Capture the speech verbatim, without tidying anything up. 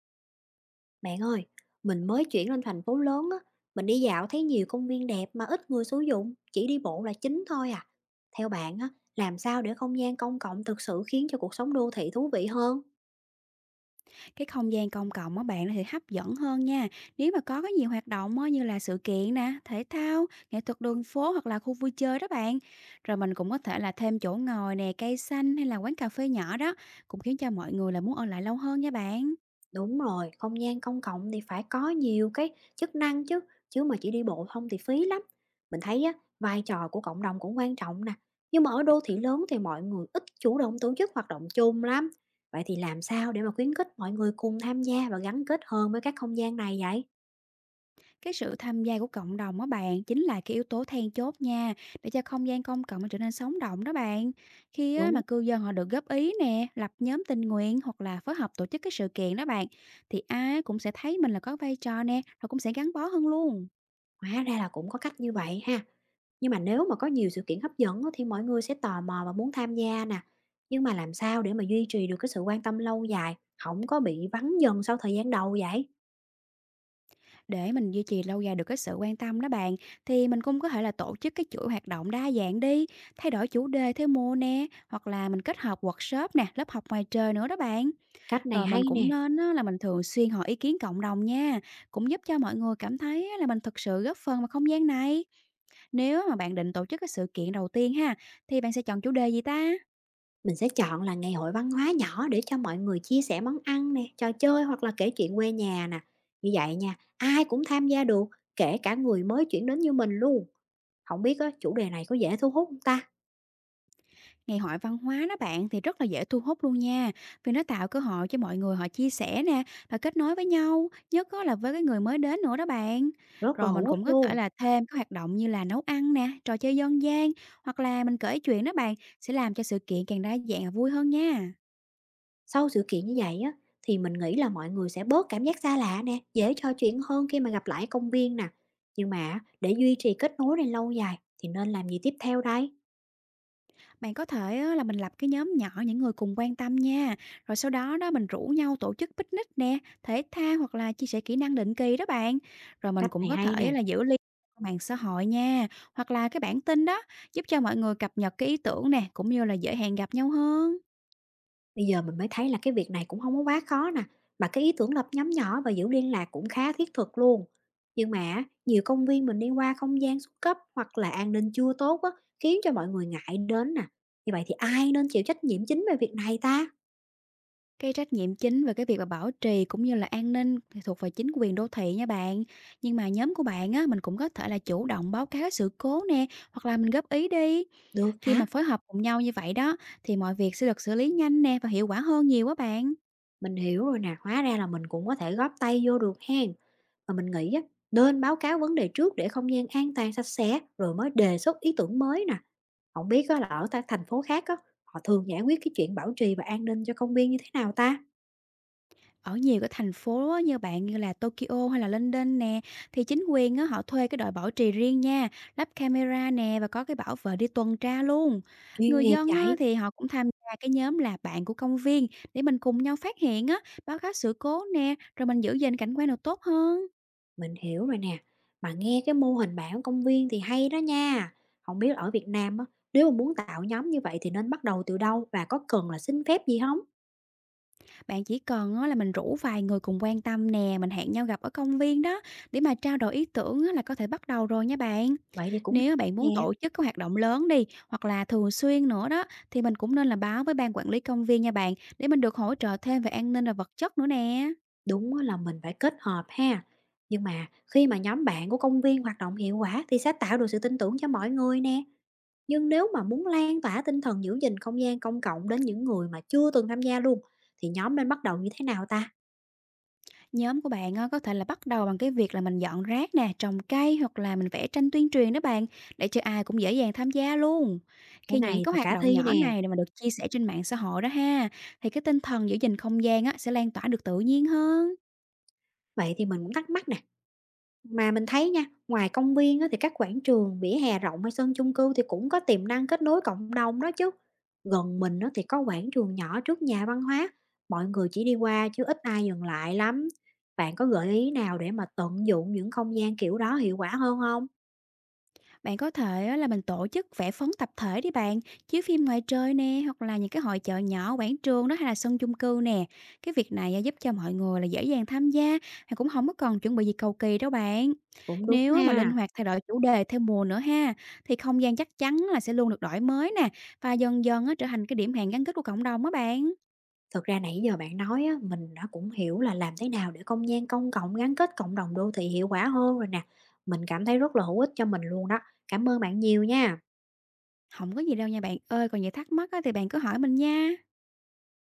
Bạn ơi, mình mới chuyển lên thành phố lớn á, mình đi dạo thấy nhiều công viên đẹp mà ít người sử dụng, chỉ đi bộ là chính thôi à. Theo bạn á, làm sao để không gian công cộng thực sự khiến cho cuộc sống đô thị thú vị hơn? Cái không gian công cộng á bạn nó sẽ hấp dẫn hơn nha. Nếu mà có cái nhiều hoạt động á, như là sự kiện nè, thể thao, nghệ thuật đường phố hoặc là khu vui chơi đó bạn. Rồi mình cũng có thể là thêm chỗ ngồi nè, cây xanh hay là quán cà phê nhỏ đó, cũng khiến cho mọi người là muốn ở lại lâu hơn nha bạn. Đúng rồi, không gian công cộng thì phải có nhiều cái chức năng chứ, chứ mà chỉ đi bộ không thì phí lắm. Mình thấy á, vai trò của cộng đồng cũng quan trọng nè, nhưng mà ở đô thị lớn thì mọi người ít chủ động tổ chức hoạt động chung lắm. Vậy thì làm sao để mà khuyến khích mọi người cùng tham gia và gắn kết hơn với các không gian này vậy? Cái sự tham gia của cộng đồng á bạn chính là cái yếu tố then chốt nha, để cho không gian công cộng nó trở nên sống động đó bạn. Khi á, mà Đúng, cư dân họ được góp ý nè, lập nhóm tình nguyện hoặc là phối hợp tổ chức cái sự kiện đó bạn, thì ai cũng sẽ thấy mình là có vai trò nè, rồi cũng sẽ gắn bó hơn luôn. hóa ra là cũng có cách như vậy ha. Nhưng mà nếu mà có nhiều sự kiện hấp dẫn á, thì mọi người sẽ tò mò và muốn tham gia nè. Nhưng mà làm sao để mà duy trì được cái sự quan tâm lâu dài, không có bị vắng dần sau thời gian đầu vậy? Để mình duy trì lâu dài được cái sự quan tâm đó bạn, thì mình cũng có thể là tổ chức cái chuỗi hoạt động đa dạng đi, thay đổi chủ đề theo mùa nè, hoặc là mình kết hợp workshop nè, lớp học ngoài trời nữa đó bạn. Cách này Rồi mình hay cũng nè, nên á, là mình thường xuyên hỏi ý kiến cộng đồng nha, cũng giúp cho mọi người cảm thấy á, là mình thực sự góp phần vào không gian này. Nếu mà bạn định tổ chức cái sự kiện đầu tiên ha, thì bạn sẽ chọn chủ đề gì ta? mình sẽ chọn là ngày hội văn hóa nhỏ để cho mọi người chia sẻ món ăn nè, trò chơi hoặc là kể chuyện quê nhà nè. Như vậy nha, ai cũng tham gia được, kể cả người mới chuyển đến như mình luôn. Không biết á, chủ đề này có dễ thu hút không ta? Ngày hội văn hóa đó bạn thì rất là dễ thu hút luôn nha, vì nó tạo cơ hội cho mọi người họ chia sẻ nè, và kết nối với nhau, nhất á là với cái người mới đến nữa đó bạn. Rất là Rồi mình hữu ích cũng có thể luôn. là thêm các hoạt động như là nấu ăn nè, trò chơi dân gian hoặc là mình kể chuyện đó bạn, sẽ làm cho sự kiện càng đa dạng và vui hơn nha. Sau sự kiện như vậy á, thì mình nghĩ là mọi người sẽ bớt cảm giác xa lạ nè, dễ trò chuyện hơn khi mà gặp lại ở công viên nè. Nhưng mà á, để duy trì kết nối này lâu dài thì nên làm gì tiếp theo đây? Bạn có thể á, là mình lập cái nhóm nhỏ những người cùng quan tâm nha. Rồi sau đó đó mình rủ nhau tổ chức picnic nè, thể thao hoặc là chia sẻ kỹ năng định kỳ đó bạn. Rồi mình Cách cũng này có hay nè. thể là giữ liên lạc qua mạng xã hội nha, hoặc là cái bản tin đó, giúp cho mọi người cập nhật cái ý tưởng nè, cũng như là dễ hẹn gặp nhau hơn. Bây giờ mình mới thấy là cái việc này cũng không có quá khó nè. Mà cái ý tưởng lập nhóm nhỏ và giữ liên lạc cũng khá thiết thực luôn. Nhưng mà á, nhiều công viên mình đi qua không gian xuống cấp hoặc là an ninh chưa tốt á, khiến cho mọi người ngại đến nè. Như vậy thì ai nên chịu trách nhiệm chính về việc này ta? Cái trách nhiệm chính về cái việc mà bảo trì cũng như là an ninh thì thuộc về chính quyền đô thị nha bạn. Nhưng mà nhóm của bạn á, mình cũng có thể là chủ động báo cáo sự cố nè, hoặc là mình góp ý đi. Được Khi hả? mà phối hợp cùng nhau như vậy đó, thì mọi việc sẽ được xử lý nhanh nè, và hiệu quả hơn nhiều á bạn. Mình hiểu rồi nè, hóa ra là mình cũng có thể góp tay vô được hen. Mà mình nghĩ á, nên báo cáo vấn đề trước để không gian an toàn sạch sẽ rồi mới đề xuất ý tưởng mới nè. Không biết á, là ở ta thành phố khác á, họ thường giải quyết cái chuyện bảo trì và an ninh cho công viên như thế nào ta? Ở nhiều cái thành phố á, như bạn như là Tokyo hay là London nè, thì chính quyền á, họ thuê cái đội bảo trì riêng nha, lắp camera nè, và có cái bảo vệ đi tuần tra luôn. Chuyên Người nghiệp dân á, vậy, thì họ cũng tham gia cái nhóm là bạn của công viên, để mình cùng nhau phát hiện á, báo cáo sự cố nè, rồi mình giữ gìn cảnh quan được tốt hơn. mình hiểu rồi nè. Mà nghe cái mô hình bảng công viên thì hay đó nha. Không biết ở Việt Nam á, nếu mà muốn tạo nhóm như vậy thì nên bắt đầu từ đâu và có cần là xin phép gì không? Bạn chỉ cần á là mình rủ vài người cùng quan tâm nè, mình hẹn nhau gặp ở công viên đó, để mà trao đổi ý tưởng á là có thể bắt đầu rồi nha bạn. Vậy thì cũng Nếu bạn nè. muốn tổ chức các hoạt động lớn đi hoặc là thường xuyên nữa đó, thì mình cũng nên là báo với ban quản lý công viên nha bạn, để mình được hỗ trợ thêm về an ninh và vật chất nữa nè. Đúng á là mình phải kết hợp ha. Nhưng mà khi mà nhóm bạn của công viên hoạt động hiệu quả thì sẽ tạo được sự tin tưởng cho mọi người nè. Nhưng nếu mà muốn lan tỏa tinh thần giữ gìn không gian công cộng đến những người mà chưa từng tham gia luôn thì nhóm nên bắt đầu như thế nào ta? Nhóm của bạn á, có thể là bắt đầu bằng cái việc là mình dọn rác nè, trồng cây hoặc là mình vẽ tranh tuyên truyền đó bạn, để cho ai cũng dễ dàng tham gia luôn. Cái Khi những này cái thì hoạt khả động thi nhỏ nè. này mà được chia sẻ trên mạng xã hội đó ha, thì cái tinh thần giữ gìn không gian á, sẽ lan tỏa được tự nhiên hơn. Vậy thì mình cũng thắc mắc nè, mà mình thấy nha, ngoài công viên á, thì các quảng trường, vỉa hè rộng hay sân chung cư thì cũng có tiềm năng kết nối cộng đồng đó chứ. Gần mình á, thì có quảng trường nhỏ trước nhà văn hóa, mọi người chỉ đi qua chứ ít ai dừng lại lắm. Bạn có gợi ý nào để mà tận dụng những không gian kiểu đó hiệu quả hơn không? Bạn có thể á, là mình tổ chức vẽ phấn tập thể đi bạn, chiếu phim ngoài trời nè, hoặc là những cái hội chợ nhỏ, quảng trường đó hay là sân chung cư nè. Cái việc này á, giúp cho mọi người là dễ dàng tham gia, mà cũng không có cần chuẩn bị gì cầu kỳ đâu bạn. Cũng đúng Nếu á, mà linh ha. hoạt thay đổi chủ đề theo mùa nữa ha, thì không gian chắc chắn là sẽ luôn được đổi mới nè, và dần dần á, trở thành cái điểm hẹn gắn kết của cộng đồng á bạn. Thực ra nãy giờ bạn nói á, mình đã cũng hiểu là làm thế nào để không gian công cộng gắn kết cộng đồng đô thị hiệu quả hơn rồi nè. Mình cảm thấy rất là hữu ích cho mình luôn đó. Cảm ơn bạn nhiều nha. Không có gì đâu nha bạn ơi, còn gì thắc mắc á, thì bạn cứ hỏi mình nha.